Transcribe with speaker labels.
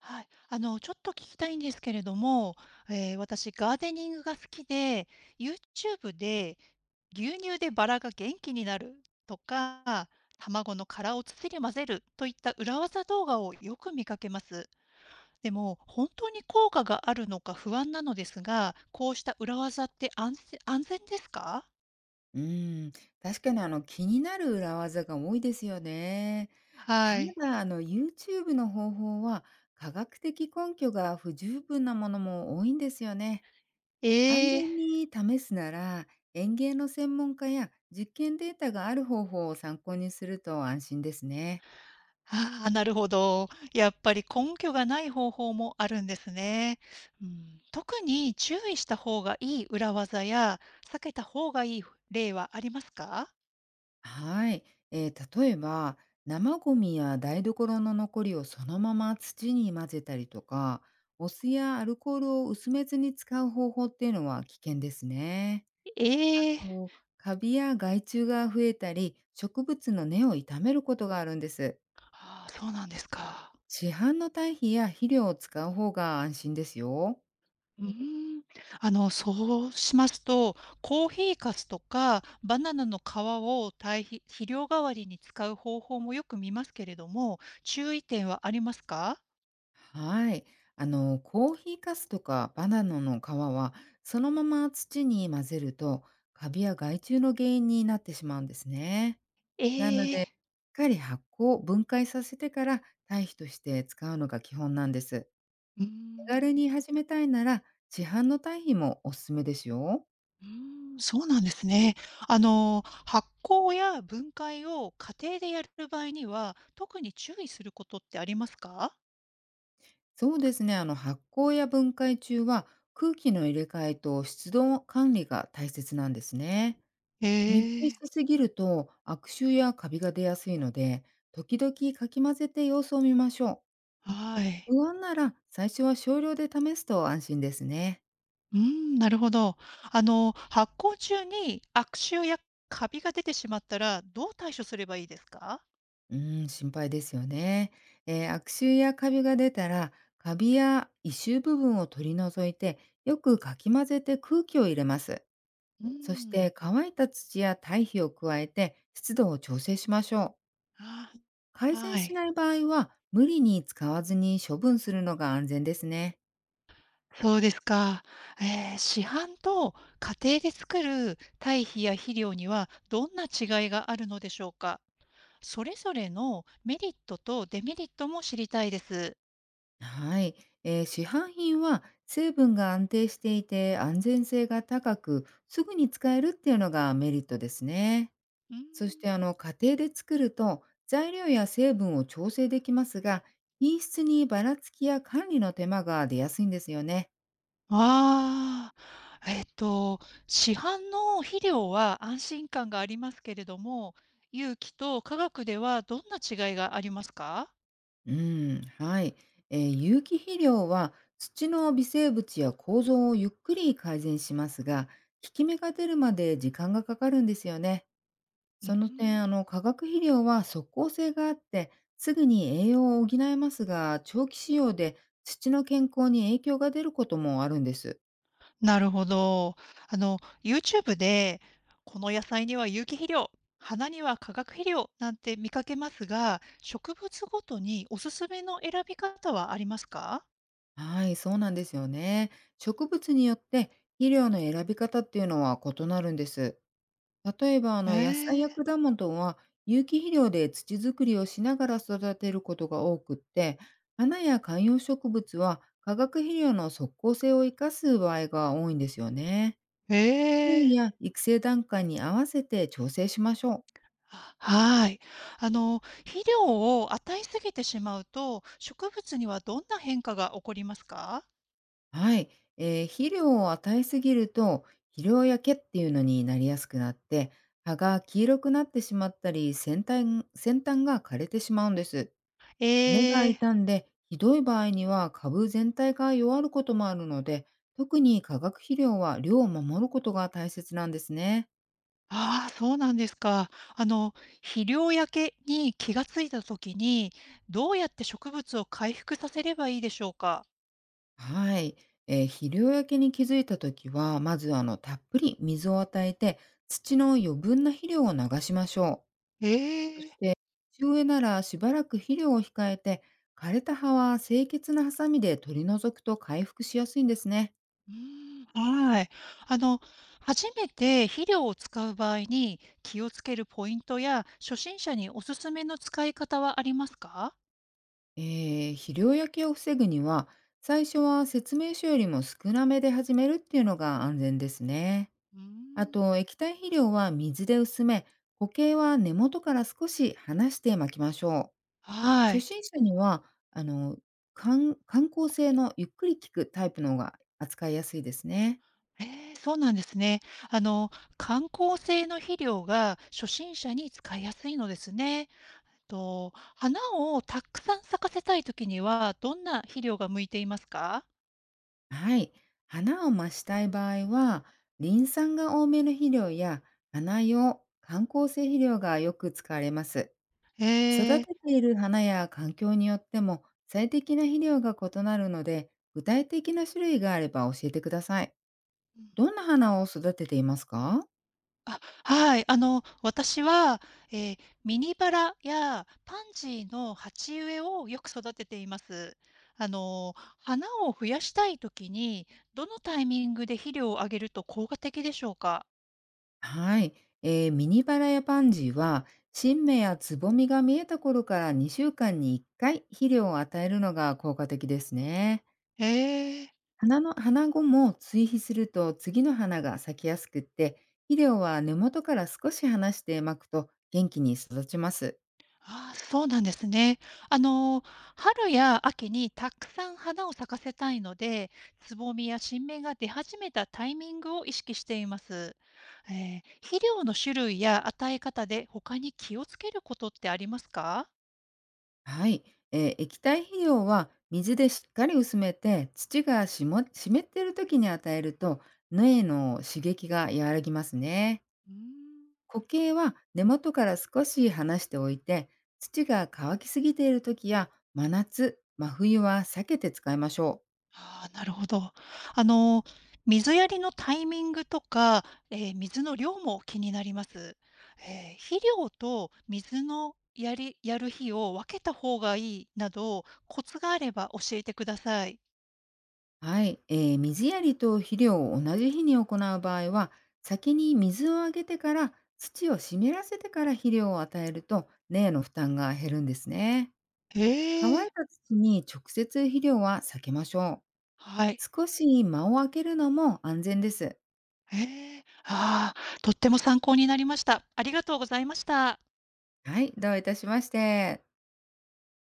Speaker 1: はい。ちょっと聞きたいんですけれども、私、ガーデニングが好きで、YouTube で牛乳でバラが元気になるとか、卵の殻を土に混ぜるといった裏技動画をよく見かけます。でも、本当に効果があるのか不安なのですが、こうした裏技って安全ですか？
Speaker 2: うーん、確かに気になる裏技が多いですよね。た
Speaker 1: はい。
Speaker 2: だ、あの YouTube の方法は科学的根拠が不十分なものも多いんですよね。
Speaker 1: え
Speaker 2: 安
Speaker 1: え。
Speaker 2: 全に試すなら、園芸の専門家や実験データがある方法を参考にすると安心ですね。
Speaker 1: ああ、なるほど。やっぱり根拠がない方法もあるんですね。うん、特に注意した方がいい裏技や、避けた方がいい例はありますか？
Speaker 2: はい、例えば生ゴミや台所の残りをそのまま土に混ぜたりとか、お酢やアルコールを薄めずに使う方法っていうのは危険ですね。
Speaker 1: ええ。
Speaker 2: こうカビや害虫が増えたり、植物の根を傷めることがあるんです。
Speaker 1: ああ、そうなんですか。
Speaker 2: 市販の堆肥や肥料を使う方が安心ですよ。
Speaker 1: うーん。そうしますと、コーヒーかすとかバナナの皮を堆肥、肥料代わりに使う方法もよく見ますけれども、注意点はありますか？
Speaker 2: はい。あの、コーヒーかすとかバナナの皮は、そのまま土に混ぜると、カビや害虫の原因になってしまうんですね。
Speaker 1: え
Speaker 2: なので、しっ
Speaker 1: え。
Speaker 2: かり発酵、分解させてから堆肥として使うのが基本なんです。
Speaker 1: うー
Speaker 2: 手軽
Speaker 1: ん。
Speaker 2: に始めたいなら、市販の堆肥もおすすめですよ。
Speaker 1: うーん、そうなんですね。発酵や分解を家庭でやる場合には、特に注意することってありますか？
Speaker 2: そうですね。あの、発酵や分解中は、空気の入れ替えと湿度管理が大切なんですね。
Speaker 1: え
Speaker 2: 密閉
Speaker 1: え、
Speaker 2: しすぎると悪臭やカビが出やすいので、時々かき混ぜて様子を見ましょう。
Speaker 1: はい。
Speaker 2: 不安なら最初は少量で試すと安心ですね。
Speaker 1: うん、なるほど。発酵中に悪臭やカビが出てしまったら、どう対処すればいいですか？
Speaker 2: うーん、心配ですよね。悪臭やカビが出たら、カビや異臭部分を取り除いて、よくかき混ぜて空気を入れます。
Speaker 1: う
Speaker 2: そし
Speaker 1: ん、
Speaker 2: て乾いた土や堆肥を加えて湿度を調整しましょう。
Speaker 1: あ、
Speaker 2: 改善
Speaker 1: は
Speaker 2: し
Speaker 1: い。
Speaker 2: ない場合は無理に使わずに処分するのが安全ですね。
Speaker 1: そうですか。え市販と家庭で作る堆肥や肥料には、どんな違いがあるのでしょうか？それぞれのメリットとデメリットも知りたいです。
Speaker 2: はい、市販品は成分が安定していて安全性が高く、すぐに使えるっていうのがメリットですね。
Speaker 1: うーん。
Speaker 2: そして、あの家庭で作ると材料や成分を調整できますが、品質にばらつきや管理の手間が出やすいんですよね。
Speaker 1: ああ、市販の肥料は安心感がありますけれども、有機と化学ではどんな違いがありますか？
Speaker 2: うん、はい、有機肥料は土の微生物や構造をゆっくり改善しますが、効き目が出るまで時間がかかるんですよね。
Speaker 1: うー
Speaker 2: その点、あ
Speaker 1: ん。
Speaker 2: の化学肥料は即効性があって、すぐに栄養を補えますが、長期使用で土の健康に影響が出ることもあるんです。
Speaker 1: なるほど。あの、YouTube で、この野菜には有機肥料、花には化学肥料なんて見かけますが、植物ごとにおすすめの選び方はありますか？
Speaker 2: はい、そうなんですよね。植物によって肥料の選び方っていうのは異なるんです。例えば、あの野菜や
Speaker 1: ええ、
Speaker 2: 果物は有機肥料で土作りをしながら育てることが多くって、花や観葉植物は化学肥料の即効性を生かす場合が多いんですよね。
Speaker 1: え
Speaker 2: 分
Speaker 1: え、
Speaker 2: や育成段階に合わせて調整しましょう。
Speaker 1: はい。あの、肥料を与えすぎてしまうと、植物にはどんな変化が起こりますか？
Speaker 2: はい。肥料を与えすぎると、肥料焼けっていうのになりやすくなって、葉が黄色くなってしまったり、先端が枯れてしまうんです。
Speaker 1: え
Speaker 2: 根が
Speaker 1: え。
Speaker 2: 傷んで、ひどい場合には株全体が弱ることもあるので、特に化学肥料は量を守ることが大切なんですね。
Speaker 1: ああ、そうなんですか。肥料焼けに気がついたときに、どうやって植物を回復させればいいでしょうか？
Speaker 2: はい。肥料焼けに気づいた時は、まずあのたっぷり水を与えて、土の余分な肥料を流しましょ
Speaker 1: え
Speaker 2: う。そし
Speaker 1: え。
Speaker 2: て、地植えならしばらく肥料を控えて、枯れた葉は清潔なハサミで取り除くと回復しやすいんですね。
Speaker 1: うーん、はい。あの、初めて肥料を使う場合に気をつけるポイントや、初心者におすすめの使い方はありますか？
Speaker 2: え肥料焼けを防ぐには、最初は説明書よりも少なめで始めるっていうのが安全ですね。
Speaker 1: うー
Speaker 2: あ
Speaker 1: ん。
Speaker 2: と、液体肥料は水で薄め、固形は根元から少し離して巻きましょう。
Speaker 1: は
Speaker 2: 初
Speaker 1: い。
Speaker 2: 心者には、あの、観観光性のゆっくり効くタイプの方が扱いやすいですね。
Speaker 1: そうなんですね。あの、観光性の肥料が初心者に使いやすいのですね。と、花をたくさん咲かせたいときには、どんな肥料が向いていますか？
Speaker 2: はい。花を増したい場合は、リン酸が多めの肥料や花用観光性肥料がよく使われます。育
Speaker 1: えー。
Speaker 2: てている花や環境によっても最適な肥料が異なるので、具体的な種類があれば教えてください。
Speaker 1: うん、
Speaker 2: どんな花を育てていますか？
Speaker 1: あ、はい。私は、えーミニバラやパンジーの鉢植えをよく育てています。あの、花を増やしたいときに、どのタイミングで肥料をあげると効果的でしょうか？
Speaker 2: はい、ミニバラやパンジーは新芽やつぼみが見えた頃から2週間に1回肥料を与えるのが効果的ですね。
Speaker 1: えー。
Speaker 2: 花の花後も追肥すると次の花が咲きやすくって、肥料は根元から少し離してまくと元気に育ちます。
Speaker 1: ああ、そうなんですね。あの、春や秋にたくさん花を咲かせたいので、つぼみや新芽が出始めたタイミングを意識しています。肥料の種類や与え方で他に気をつけることってありますか？
Speaker 2: はい、液体肥料は水でしっかり薄めて、土がしも湿っている時に与えると苗の刺激が和らぎますね。
Speaker 1: うーん。
Speaker 2: 固形は根元から少し離しておいて、土が乾きすぎている時や真夏、真冬は避けて使いましょう。
Speaker 1: ああ、なるほど。あの、水やりのタイミングとか、水の量も気になります。え肥料と水のやる日を分けた方がいいなど、コツがあれば教えてください。
Speaker 2: はい、水やりと肥料を同じ日に行う場合は、先に水をあげてから、土を湿らせてから肥料を与えると根への負担が減るんですね。
Speaker 1: え
Speaker 2: 乾
Speaker 1: え。
Speaker 2: いた土に直接肥料は避けましょう。
Speaker 1: はい。
Speaker 2: 少し間を空けるのも安全です。
Speaker 1: ええ。ああ、とっても参考になりました。ありがとうございました。
Speaker 2: はい、どういたしまして。